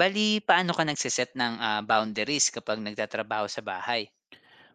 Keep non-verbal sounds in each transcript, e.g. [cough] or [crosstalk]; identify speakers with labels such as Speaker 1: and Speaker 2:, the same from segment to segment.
Speaker 1: Bale, paano ka nagse-set ng boundaries kapag nagtatrabaho sa bahay?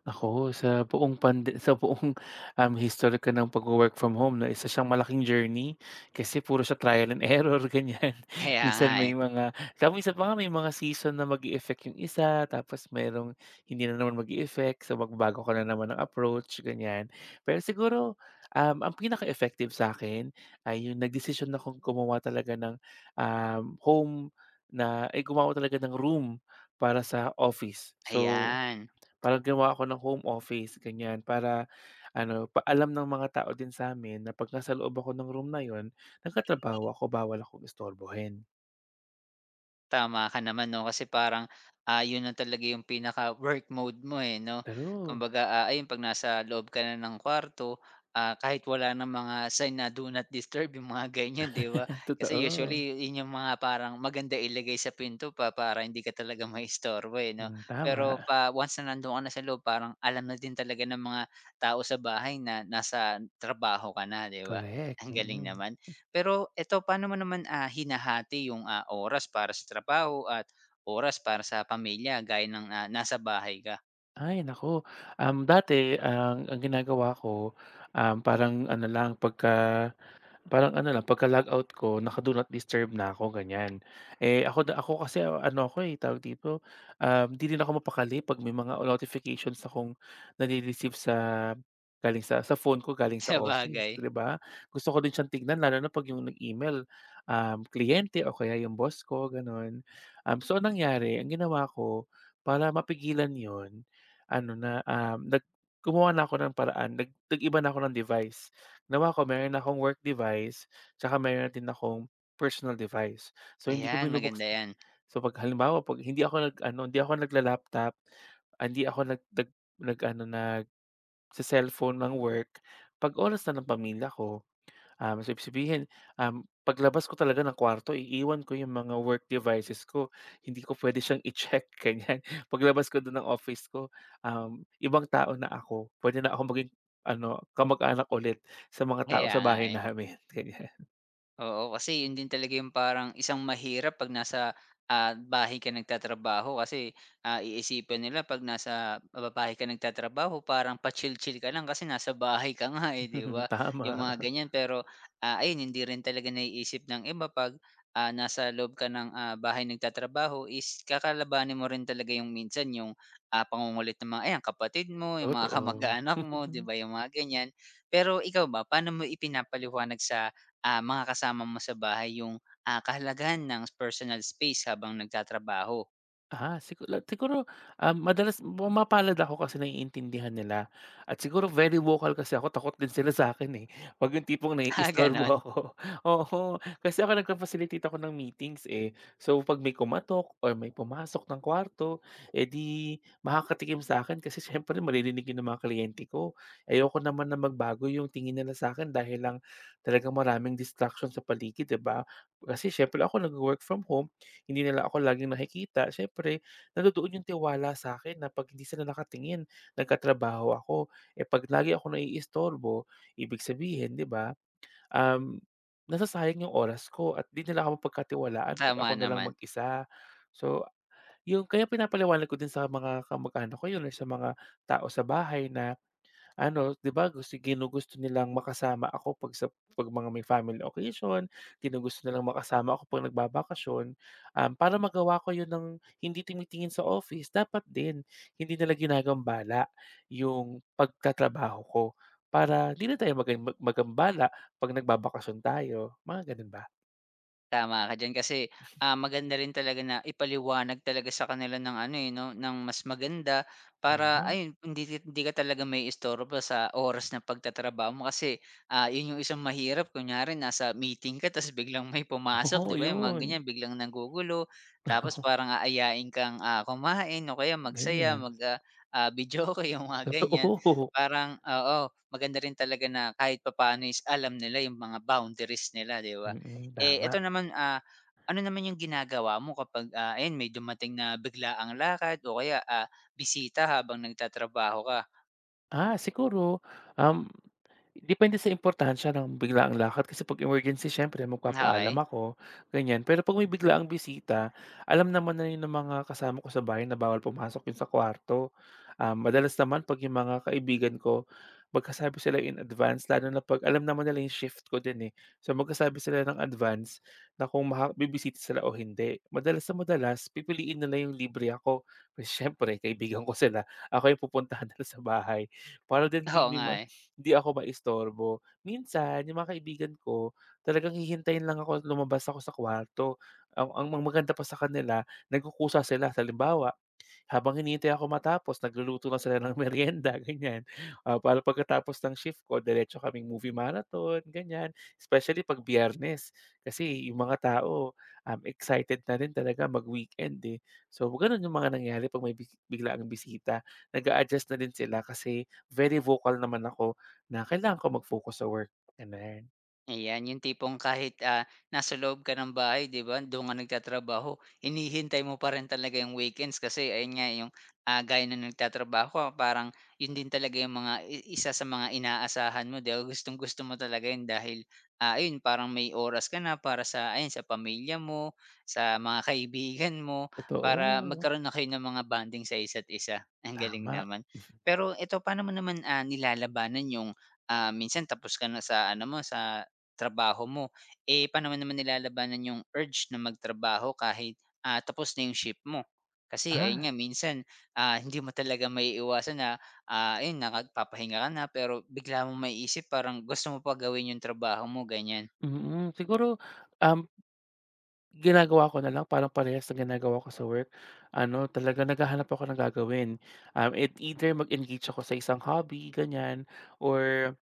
Speaker 2: Ako, sa buong pande sa buong, um, history ko ng pagwo-work from home 'no, isa siyang malaking journey kasi puro siya trial and error [laughs] ganyan.
Speaker 1: Kaya nga,
Speaker 2: Minsan
Speaker 1: eh.
Speaker 2: may mga tsaka minsan pa nga may mga season na mag effect yung isa, tapos merong hindi na naman mag effect, so magbabago ka na naman ng approach ganyan. Pero siguro, ang pinaka-effective sa akin ay yung nagdesisyon akong gumawa talaga ng, home na ay gumawa talaga ng room para sa office. So,
Speaker 1: Ayan.
Speaker 2: parang gumawa ako ng home office ganyan para ano, paalam ng mga tao din sa'min na 'pag nasa loob ako ng room na yon, nagtatrabaho ako, bawal akong istorbohin.
Speaker 1: Tama ka naman 'no, kasi parang yun na talaga yung pinaka-work mode mo, eh, 'no.
Speaker 2: True,
Speaker 1: Kumbaga, ayun 'pag nasa loob ka na ng kwarto, kahit wala ng mga sign na do not disturb, yung mga [laughs] ganyan, 'di ba?
Speaker 2: [laughs]
Speaker 1: Kasi
Speaker 2: totoo.
Speaker 1: usually yun yung mga parang maganda ilagay sa pinto pa para hindi ka talaga [laughs] maistorbo, eh, 'no.
Speaker 2: Hmm,
Speaker 1: Pero
Speaker 2: tama,
Speaker 1: pa once na nandun ka na sa loob, parang alam na din talaga ng mga tao sa bahay na nasa trabaho ka na, 'di ba? [laughs]
Speaker 2: correct.
Speaker 1: Ang galing
Speaker 2: Mm.
Speaker 1: naman. Pero eto, paano mo naman hinahati yung oras para sa trabaho at oras para sa pamilya gaya ng nasa bahay ka? [laughs]
Speaker 2: Ay naku, dati ang ginagawa ko, um, parang ano lang pagka Parang ano lang pagka-logout ko, naka-do not disturb na ako ganyan. Eh, ako kasi ano ako, eh, tawag dito, 'di rin ako mapakali 'pag may mga notifications akong nare-receive galing sa phone ko galing sa office,
Speaker 1: Sabagay.
Speaker 2: 'di ba? Gusto ko din siyang tignan lalo na 'pag yung nag-email, kliyente o kaya yung boss ko gano'n. So, anong nangyari, ang ginawa ko para mapigilan yon, ano na, um, nag gumawa na ako ng paraan, nag-iba na ako ng device. Nawa ko meron akong work device, tsaka meron din akong personal device. So, hindi ko
Speaker 1: Ayan, maganda
Speaker 2: binubuksan
Speaker 1: yan.
Speaker 2: so, 'pag hindi ako nag-ano, hindi ako nagla-laptop, hindi ako nag nag nag-ano, nagse-cellphone ng work 'pag oras na ng pamilya ko. So, ibig sabihin, paglabas ko talaga ng kwarto, iiwan ko yung mga work devices ko. Hindi ko puwede siyang i-check, [laughs] ganyan. Paglabas ko dun ng office ko, ibang tao na ako. Puwede na ako maging ano, kamag-anak ulit sa mga tao
Speaker 1: Kaya
Speaker 2: sa
Speaker 1: nga,
Speaker 2: bahay
Speaker 1: eh.
Speaker 2: namin, [laughs] ganyan.
Speaker 1: Oo, kasi yun din talaga yung parang isang mahirap 'pag nasa bahay ka nagtatrabaho kasi iisipin nila 'pag nasa bahay ka nagtatrabaho parang pa-chill-chill ka lang kasi nasa bahay ka nga, eh, 'di ba?
Speaker 2: [laughs]
Speaker 1: Yung
Speaker 2: Tama,
Speaker 1: mga ganyan pero ayun hindi rin talaga naiisip ng iba 'pag nasa loob ka ng bahay nagtatrabaho is kakalabanin mo rin talaga yung minsan yung pangungulit ng mga ayan kapatid mo, yung mga [laughs]
Speaker 2: totoo.
Speaker 1: kamag-anak mo, 'di
Speaker 2: [laughs]
Speaker 1: ba, yung mga ganyan. Pero ikaw ba, paano mo ipinapaliwanag sa mga kasama mo sa bahay yung kahalagahan ng personal space habang nagtatrabaho?
Speaker 2: Ah, siguro siguro, ah, madalas pumapalad ako kasi naiintindihan nila, at siguro very vocal kasi ako, takot din sila sa'kin, eh, 'pag yung tipong
Speaker 1: [laughs] Ah,
Speaker 2: naiistorbo
Speaker 1: gano'n?
Speaker 2: ako. [laughs] Oo, kasi ako nagfa-facilitate ako ng meetings, eh. So, 'pag may kumatok or may pumasok ng kwarto, eh, di makakatikim sa akin kasi siyempre maririnig yun ng mga kliyente ko. Ayoko naman na magbago yung tingin nila sa akin dahil lang talagang maraming distraction sa paligid, 'di ba? Kasi siyempre ako nagwo-work from home, hindi nila ako laging nakikita, siyempre nandodoon yung tiwala sa'kin na 'pag hindi sila nakatingin, nagkatrabaho ako. Eh, 'pag lagi akong naiistorbo, ibig sabihin, 'di ba, um, nasasayang yung oras ko at 'di nila ako pagkatiwalaan, 'pag ako
Speaker 1: Tama
Speaker 2: na lang
Speaker 1: naman.
Speaker 2: mag-isa. So, yung kaya pinapaliwanag ko din sa mga kamag-anak ko yun or sa mga tao sa bahay na ano, 'di ba, ginugusto nilang makasama ako 'pag 'pag mga may family occasion, ginugusto nilang makasama ako 'pag nagbabakasyon. Para magawa ko 'yun ng hindi tumitingin sa office, dapat din hindi nila ginagambala yung pagtatrabaho ko, para hindi na tayo magambala 'pag nagbabakasyon tayo, mga gano'n ba?
Speaker 1: Tama ka diyan kasi maganda rin talaga na ipaliwanag talaga sa kanila ng ano, eh, 'no, ng mas maganda para
Speaker 2: Tama,
Speaker 1: ayun hindi ka talaga may maiistorbo sa oras ng pagtatrabaho mo kasi yun yung isang mahirap kunyari nasa meeting ka ta's biglang may
Speaker 2: oo,
Speaker 1: pumasok, 'di
Speaker 2: oo.
Speaker 1: ba, yung mga
Speaker 2: 'Yun,
Speaker 1: ganyan biglang nanggugulo tapos parang aayain kang kumain o kaya magsaya
Speaker 2: ganiyan,
Speaker 1: videoke [laughs] yung mga ganyan.
Speaker 2: totoo. [laughs]
Speaker 1: Parang oo, maganda rin talaga na kahit papaano is alam nila yung mga boundaries nila, 'di ba?
Speaker 2: Mm,
Speaker 1: Eh, eto
Speaker 2: tama.
Speaker 1: naman ano naman yung ginagawa mo kapag ayan may dumating na biglaang lakad o kaya bisita habang nagtatrabaho ka?
Speaker 2: Ah, siguro, um depende sa importansya ng biglaang lakad kasi 'pag emergency, siyempre magpapaalam
Speaker 1: Okey.
Speaker 2: ako, ganyan. Pero 'pag may biglaang bisita, alam naman na yun ng mga kasama ko sa bahay na bawal pumasok yun sa kwarto. Madalas naman 'pag yung mga kaibigan ko, magkasabi sila in advance lalo na 'pag alam naman nila yung shift ko din, eh. So, magkasabi sila ng advance na kung bibisita sila o hindi. Madalas na madalas, pipiliin nila yung libre ako, kasi siyempre kaibigan ko sila, ako yung pupuntahan [laughs] nila sa bahay para din
Speaker 1: [laughs] Oo
Speaker 2: 'di
Speaker 1: nga,
Speaker 2: ma
Speaker 1: eh.
Speaker 2: hindi ako maistorbo. Minsan yung mga kaibigan ko talagang hihintayin lang ako at lumabas ako sa kwarto. Ang maganda pa sa kanila, nagkukusa sila. Halimbawa, habang hinihintay ako, matapos nagluluto na sila ng meryenda [laughs] ganyan. Ah, para pagkatapos ng shift ko, diretso kaming movie marathon ganyan. Especially 'pag Biyernes kasi yung mga tao, excited na rin talaga mag-weekend, eh. So gano'n yung mga nangyari 'pag may biglaang bisita, nag-a-adjust na din sila kasi very vocal naman ako na kailangan ko mag-focus sa work, gano'n.
Speaker 1: Ayan, yung tipong kahit nasa loob ka ng bahay 'di ba, doon ka nagtatrabaho, inihintay mo pa rin talaga yung weekends kasi ayun nga yung gaya ng nagtatrabaho ka parang yun din talaga yung mga isa sa mga inaasahan mo 'di ba, gustong-gusto mo talaga yun dahil ayun parang may oras ka na para sa ayan sa pamilya mo, sa mga kaibigan mo, para
Speaker 2: Totoo,
Speaker 1: magkaroon na kayo ng mga bonding sa isa't isa. [laughs] Ang galing
Speaker 2: tama.
Speaker 1: naman. Pero eto paano mo naman nilalabanan yung minsan tapos ka na sa ano mo sa trabaho mo, eh, paano mo naman nilalabanan yung urge na magtrabaho kahit tapos na yung shift mo? Kasi ayun
Speaker 2: Ah,
Speaker 1: nga minsan hindi mo talaga may iwasan na ayun nakapagpapahinga ka na pero bigla mong maiisip parang gusto mo pa gawin yung trabaho mo, ganyan.
Speaker 2: mm. Mm. Siguro, um, ginagawa ko na lang parang parehas ng ginagawa ko sa work. Ano, talaga naghahanap ako ng gagawin. It either mag-engage ako sa isang hobby, ganyan, or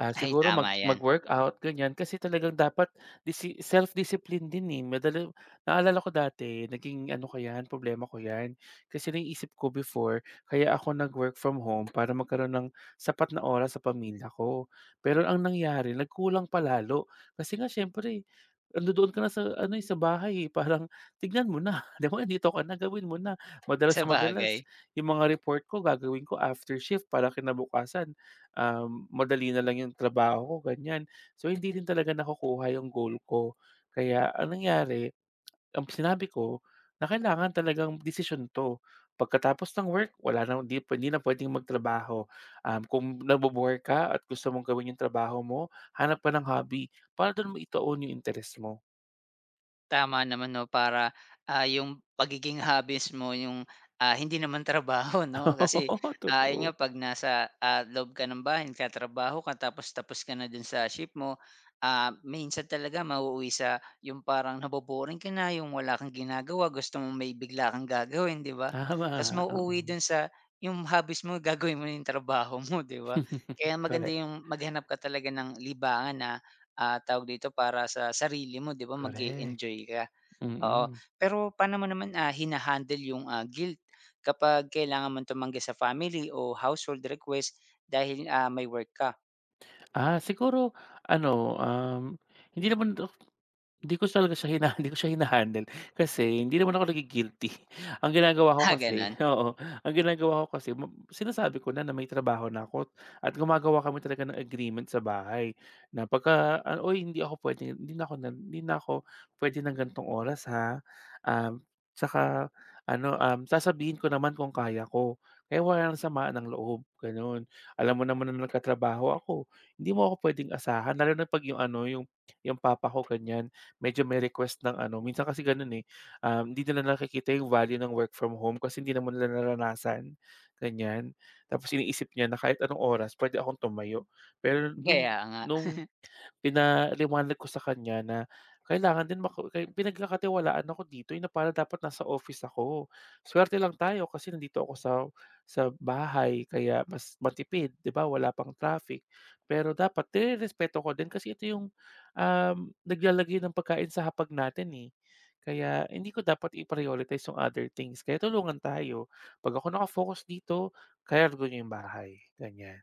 Speaker 2: ah,
Speaker 1: Ay,
Speaker 2: siguro
Speaker 1: tama yan.
Speaker 2: mag-workout ganyan kasi talagang dapat self-discipline din, eh, naalala ko dati, naging ano ko 'yan, problema ko 'yan. Kasi naiisip ko before kaya ako nag-work from home, para magkaroon ng sapat na oras sa pamilya ko. Pero ang nangyari nagkulang palalo kasi nga siyempre nandodoon ka na sa ano, eh, sa bahay, eh, parang tignan mo na, [laughs] 'di ba nandito ka na, gawin mo na.
Speaker 1: [laughs]
Speaker 2: Madalas sa madalas,
Speaker 1: Sabagay.
Speaker 2: yung mga report ko gagawin ko after shift para kinabukasan, madali na lang yung trabaho ko, ganyan. So, hindi rin talaga nakukuha yung goal ko. Kaya anong nangyari, ang sinabi ko na kailangan talagang decision 'to. Pagkatapos ng work, wala na, hindi, hindi na pwedeng magtrabaho. Kung nagbo-bore ka at gusto mong gawin yung trabaho mo, hanap ka ng hobby para do'n mo itaon yung interes mo.
Speaker 1: Tama naman 'no, para yung pagiging hobbies mo yung hindi naman [laughs] trabaho 'no,
Speaker 2: [laughs]
Speaker 1: kasi
Speaker 2: Oo,
Speaker 1: yun nga
Speaker 2: totoo.
Speaker 1: 'pag nasa loob ka ng bahay nagtatrabaho ka tapos, tapos ka na dun sa ship mo, minsan talaga mauuwi sa yung parang naboboring ka na, yung wala kang ginagawa, gusto mong may bigla kang gagawin 'di ba?
Speaker 2: Tama,
Speaker 1: Ta's mauuwi
Speaker 2: oo.
Speaker 1: dun sa yung hobbies mo gagawin mo na yung trabaho mo 'di ba?
Speaker 2: [laughs]
Speaker 1: Kaya maganda
Speaker 2: Correct,
Speaker 1: yung maghanap ka talaga ng libangan na tawag dito, para sa sarili mo 'di ba, mag
Speaker 2: correct.
Speaker 1: enjoy ka, oo.
Speaker 2: Mm.
Speaker 1: Pero paano mo naman yung guilt kapag kailangan mong tumanggi sa family o household request dahil may work ka? [laughs]
Speaker 2: Ah, siguro ano, hindi naman, Hindi ko talaga siya hina [laughs] hindi ko siya hina-handle kasi hindi naman ako nagi-guilty. [laughs] Ang ginagawa ko
Speaker 1: Ah,
Speaker 2: kasi,
Speaker 1: gano'n?
Speaker 2: [laughs] oo, ang ginagawa ko kasi, sinasabi ko na na may trabaho na ako at gumagawa kami talaga ng agreement sa bahay na pagka, "Uy, hindi ako puwede, hindi na ako nan hindi na ako puwede ng ganitong oras ha, um, tsaka ano, sasabihin ko naman kung kaya ko." Kaya wala ng samaan ng loob, gano'n. Alam mo naman na nagkatrabaho ako, hindi mo ako puwedeng asahan lalo na 'pag yung ano, yung papa ko ganyan, medyo may request ng ano minsan kasi gano'n, eh, hindi nila nakikita yung value ng work from home kasi hindi naman nila naranasan, ganyan. Tapos iniisip niya na kahit anong oras pwede akong tumayo. Pero
Speaker 1: Kaya nga.
Speaker 2: nung pinaliwanag ko sa kanya na kailangan din maka kay pinagkakatiwalaan ako dito, eh, na parang dapat nasa office ako. Swerte lang tayo kasi nandito ako sa bahay, kaya mas matipid, 'di ba, wala pang traffic. Pero dapat respeto ko din, kasi ito yung, um, naglalagay ng pagkain sa hapag natin, eh. Kaya hindi ko dapat i-prioritize yung other things, kaya tulungan tayo. 'Pag ako naka-focus dito, kaya ko yung bahay, ganyan.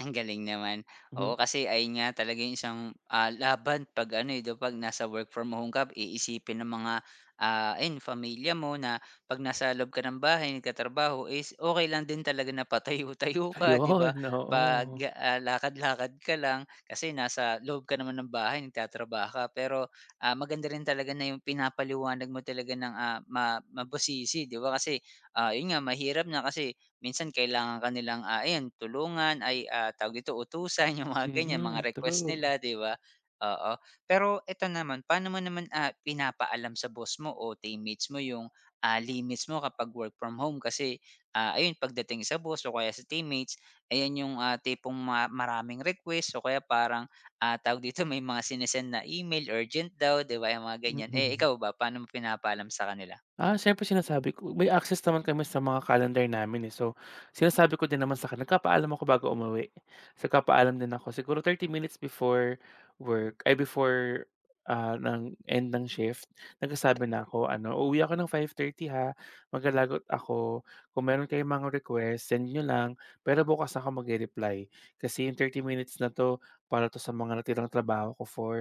Speaker 1: Ang galing naman.
Speaker 2: Mhm,
Speaker 1: Oo, kasi ayun nga talaga yung isang laban 'pag ano, eh, 'di ba, 'pag nasa work from home ka iisipin ng mga ayun pamilya mo na 'pag nasa loob ka ng bahay nagtatrabaho is okay lang din talaga na patayo-tayo ka, 'di ba?
Speaker 2: ayun, [laughs]
Speaker 1: 'Pag
Speaker 2: oo.
Speaker 1: lakad-lakad ka lang kasi nasa loob ka naman ng bahay nagtatrabaho ka. Pero maganda rin talaga na yung pinapaliwanag mo talaga ng mabusisi, 'di ba? Kasi yun nga mahirap na kasi minsan kailangan ka nilang ayun tulungan ay, tawag dito, utusan [laughs] yung mga ganyan, mga
Speaker 2: Mm,
Speaker 1: request
Speaker 2: true,
Speaker 1: nila, 'di ba? Oo. Pero eto naman, paano mo naman pinapaalam sa boss mo o teammates mo yung limits mo kapag work from home? Kasi ayun pagdating sa boss o kaya sa teammates, ayan yung tipong maraming request o kaya parang tawag dito, may mga sine na email urgent daw, 'di ba, yung mga ganyan. Eh,
Speaker 2: mm.
Speaker 1: ikaw ba, paano mo pinapaalam sa kanila?
Speaker 2: Ah, siyempre sinasabi ko, may access naman kami sa mga calendar namin, eh. So, sinasabi ko din naman sa kanya, nagpapaalam ako bago umuwi. So, nagpapaalam din ako siguro 30 minutes before work ay before, ng end ng shift, nagsasabi na ako ano, "Uuwi ako ng 5:30 ha, maglalaro ako. Kung meron kayong mga request, send niyo lang, pero bukas ako mag reply. Kasi yung 30 minutes na 'to, para 'to sa mga natirang trabaho ko for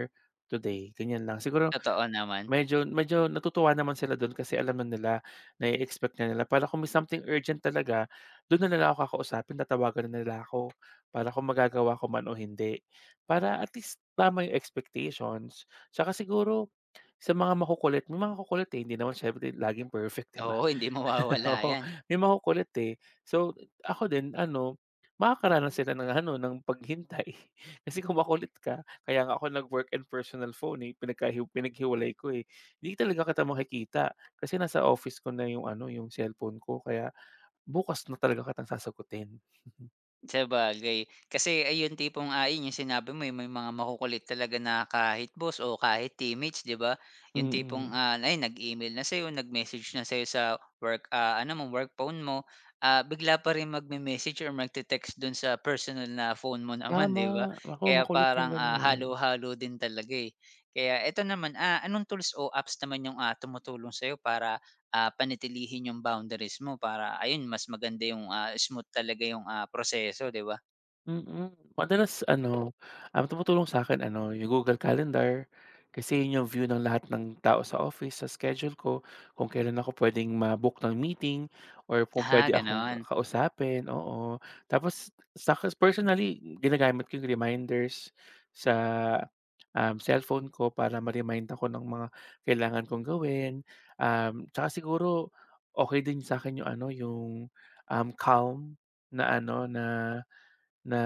Speaker 2: today." Ganyan lang. Siguro
Speaker 1: Totoo naman.
Speaker 2: medyo medyo natutuwa naman sila don, kasi alam na nila, na-e-expect na nila. Para kung may something urgent talaga, don na nila ako kakausapin, tatawagan na nila ako para kung magagawa ko man o hindi. Para at least tama yung expectations. Tsaka siguro sa mga makukulit, may mga kukulit, eh, hindi naman siyempre laging perfect, [laughs] 'di ba?
Speaker 1: Oo, hindi
Speaker 2: [laughs]
Speaker 1: mawawala
Speaker 2: Oo,
Speaker 1: 'yan.
Speaker 2: may makukulit, eh. So, ako din ano, makakaranas sila ng ano, ng paghintay. [laughs] Kasi kung makulit ka, kaya nga ako nag-work and personal phone, eh, pinaghiwalay ko, eh. Hindi talaga kita makikita kasi nasa office ko na yung ano, yung cellphone ko, kaya bukas na talaga kitang sasagutin.
Speaker 1: Sabagay, kasi ayun tipong yun yung sinabi mo, eh, may mga makukulit talaga na kahit boss o kahit teammates 'di ba? Yung tipong
Speaker 2: Mm.
Speaker 1: ayun nag-email na sa'yo, nag-message na sa'yo sa work, ano mo work phone mo, bigla pa rin magme-message or magte-text dun sa personal na phone mo [laughs] naman
Speaker 2: Tama,
Speaker 1: 'di ba?
Speaker 2: naku
Speaker 1: Kaya
Speaker 2: makulit yung
Speaker 1: parang
Speaker 2: ganyan.
Speaker 1: halo-halo din talaga, eh. Kaya eto naman anong tools o apps naman yung tumutulong sa'yo para panatilihin yung boundaries mo para ayun mas maganda yung smooth talaga yung proseso 'di ba?
Speaker 2: Mm, madalas ano, ang tumutulong sa akin ano, yung Google Calendar, kasi yun yung view ng lahat ng tao sa office, sa schedule ko, kung kailan ako pwedeng ma-book ng meeting or kung
Speaker 1: Ah,
Speaker 2: puwede akong
Speaker 1: gano'n.
Speaker 2: kausapin, oo. Tapos sa'kin personally, ginagamit ko yung reminders sa, cellphone ko, para ma-remind ako ng mga kailangan kong gawin. Tsaka siguro okey din sa'kin yung ano, yung, Calm na ano, na na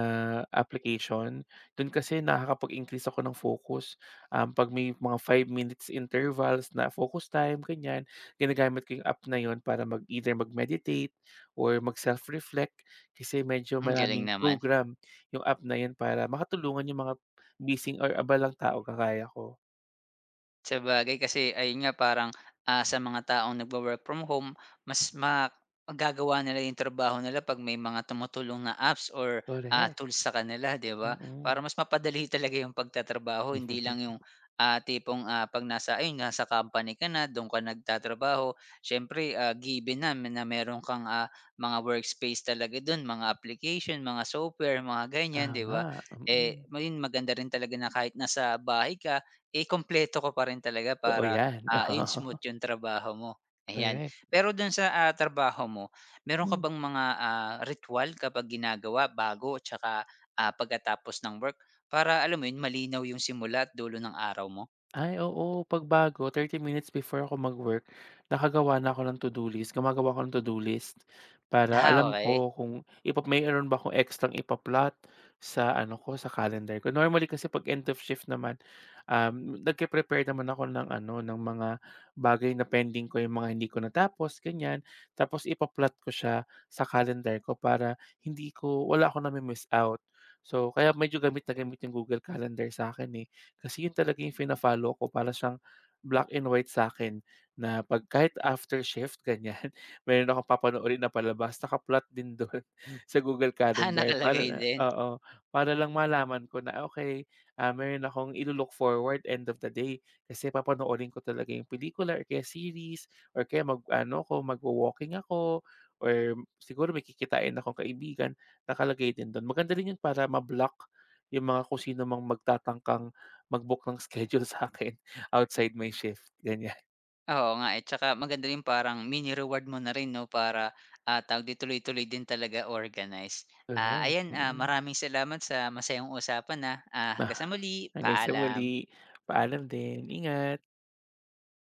Speaker 2: application. Dun kasi nakakapag-increase ako ng focus, 'pag may mga 5 minutes intervals na focus time, ganyan. Ginagamit ko yung app na yon para mag either mag-meditate or mag-self-reflect, kasi medyo
Speaker 1: Ang galing
Speaker 2: maraming
Speaker 1: naman.
Speaker 2: program yung app na yun para makatulungan yung mga busy or abalang tao kagaya ko.
Speaker 1: Sabagay, kasi ayun nga parang sa mga taong nagwo-work from home mas magagawa nila yung trabaho nila 'pag may mga tumutulong na apps or
Speaker 2: Correct.
Speaker 1: tools sa kanila 'di ba? Para
Speaker 2: Mm.
Speaker 1: mas mapadali [laughs] talaga yung pagtatrabaho hindi lang yung
Speaker 2: [laughs]
Speaker 1: tipong 'pag nasa ayun nga sa company ka na dun ka nagtatrabaho siyempre given na na meron kang mga workspace talaga dun, mga application, mga software, mga ganyan 'di ba?
Speaker 2: Tama,
Speaker 1: Eh,
Speaker 2: mm.
Speaker 1: maging maganda rin talaga na kahit nasa bahay ka eh, kumpleto ko pa rin talaga
Speaker 2: Totoo
Speaker 1: para
Speaker 2: yan.
Speaker 1: ayun
Speaker 2: [laughs]
Speaker 1: smooth yung trabaho mo, ayan.
Speaker 2: Korek.
Speaker 1: Pero dun sa trabaho mo, meron ka bang mga ritual kapag ginagawa bago at saka pagkatapos ng work para alam mo yun, malinaw yung simula at dulo ng araw mo?
Speaker 2: Ay oo, pagbago 30 minutes before ako mag-work, nakagawa na ako ng to-do list, gumagawa ako ng to-do list. Para
Speaker 1: Ah,
Speaker 2: alam
Speaker 1: okay.
Speaker 2: ko kung mayro'n ba akong extrang ipa-plot sa ano ko, sa calendar ko. Normally kasi 'pag end of shift naman, nagpe-prepare naman ako ng ano, ng mga bagay na pending ko, yung mga hindi ko natapos, ganyan. Tapos ipa ko siya sa calendar ko para hindi ko wala akong nami-miss out. So, kaya medyo gamit na gamit yung Google Calendar sa akin, eh. Kasi yun talaga yung fina-follow ko, para siyang black and white sa akin, na 'pag kahit after shift ganyan, [laughs] meron akong papanoorin na palabas naka-plot din dun [laughs] sa Google
Speaker 1: [laughs] Ah,
Speaker 2: Calendar, para
Speaker 1: nakalagay
Speaker 2: na
Speaker 1: din.
Speaker 2: oo, para lang malaman ko na ah, okay, ah, meron akong i look forward end of the day kasi papanoorin ko talaga yung pelikula or kaya series or kaya mag-ano ko, magwa-walking ako or siguro may kikitain akong kaibigan, nakalagay din dun. Maganda rin yun para ma-block yung mga kung sino mang magtatangkang mag-book ng [laughs] schedule sa'kin outside my shift, ganyan.
Speaker 1: Oo nga, eh, tsaka maganda rin parang mini-reward mo na rin 'no para tawag dito, tuloy-tuloy din talaga organized. Ah,
Speaker 2: Correct.
Speaker 1: ayan,
Speaker 2: Mm.
Speaker 1: maraming salamat sa masayang usapan, na, hanggang sa
Speaker 2: Ah,
Speaker 1: muli,
Speaker 2: hanggang sa
Speaker 1: paalam.
Speaker 2: muli, paalam din, ingat.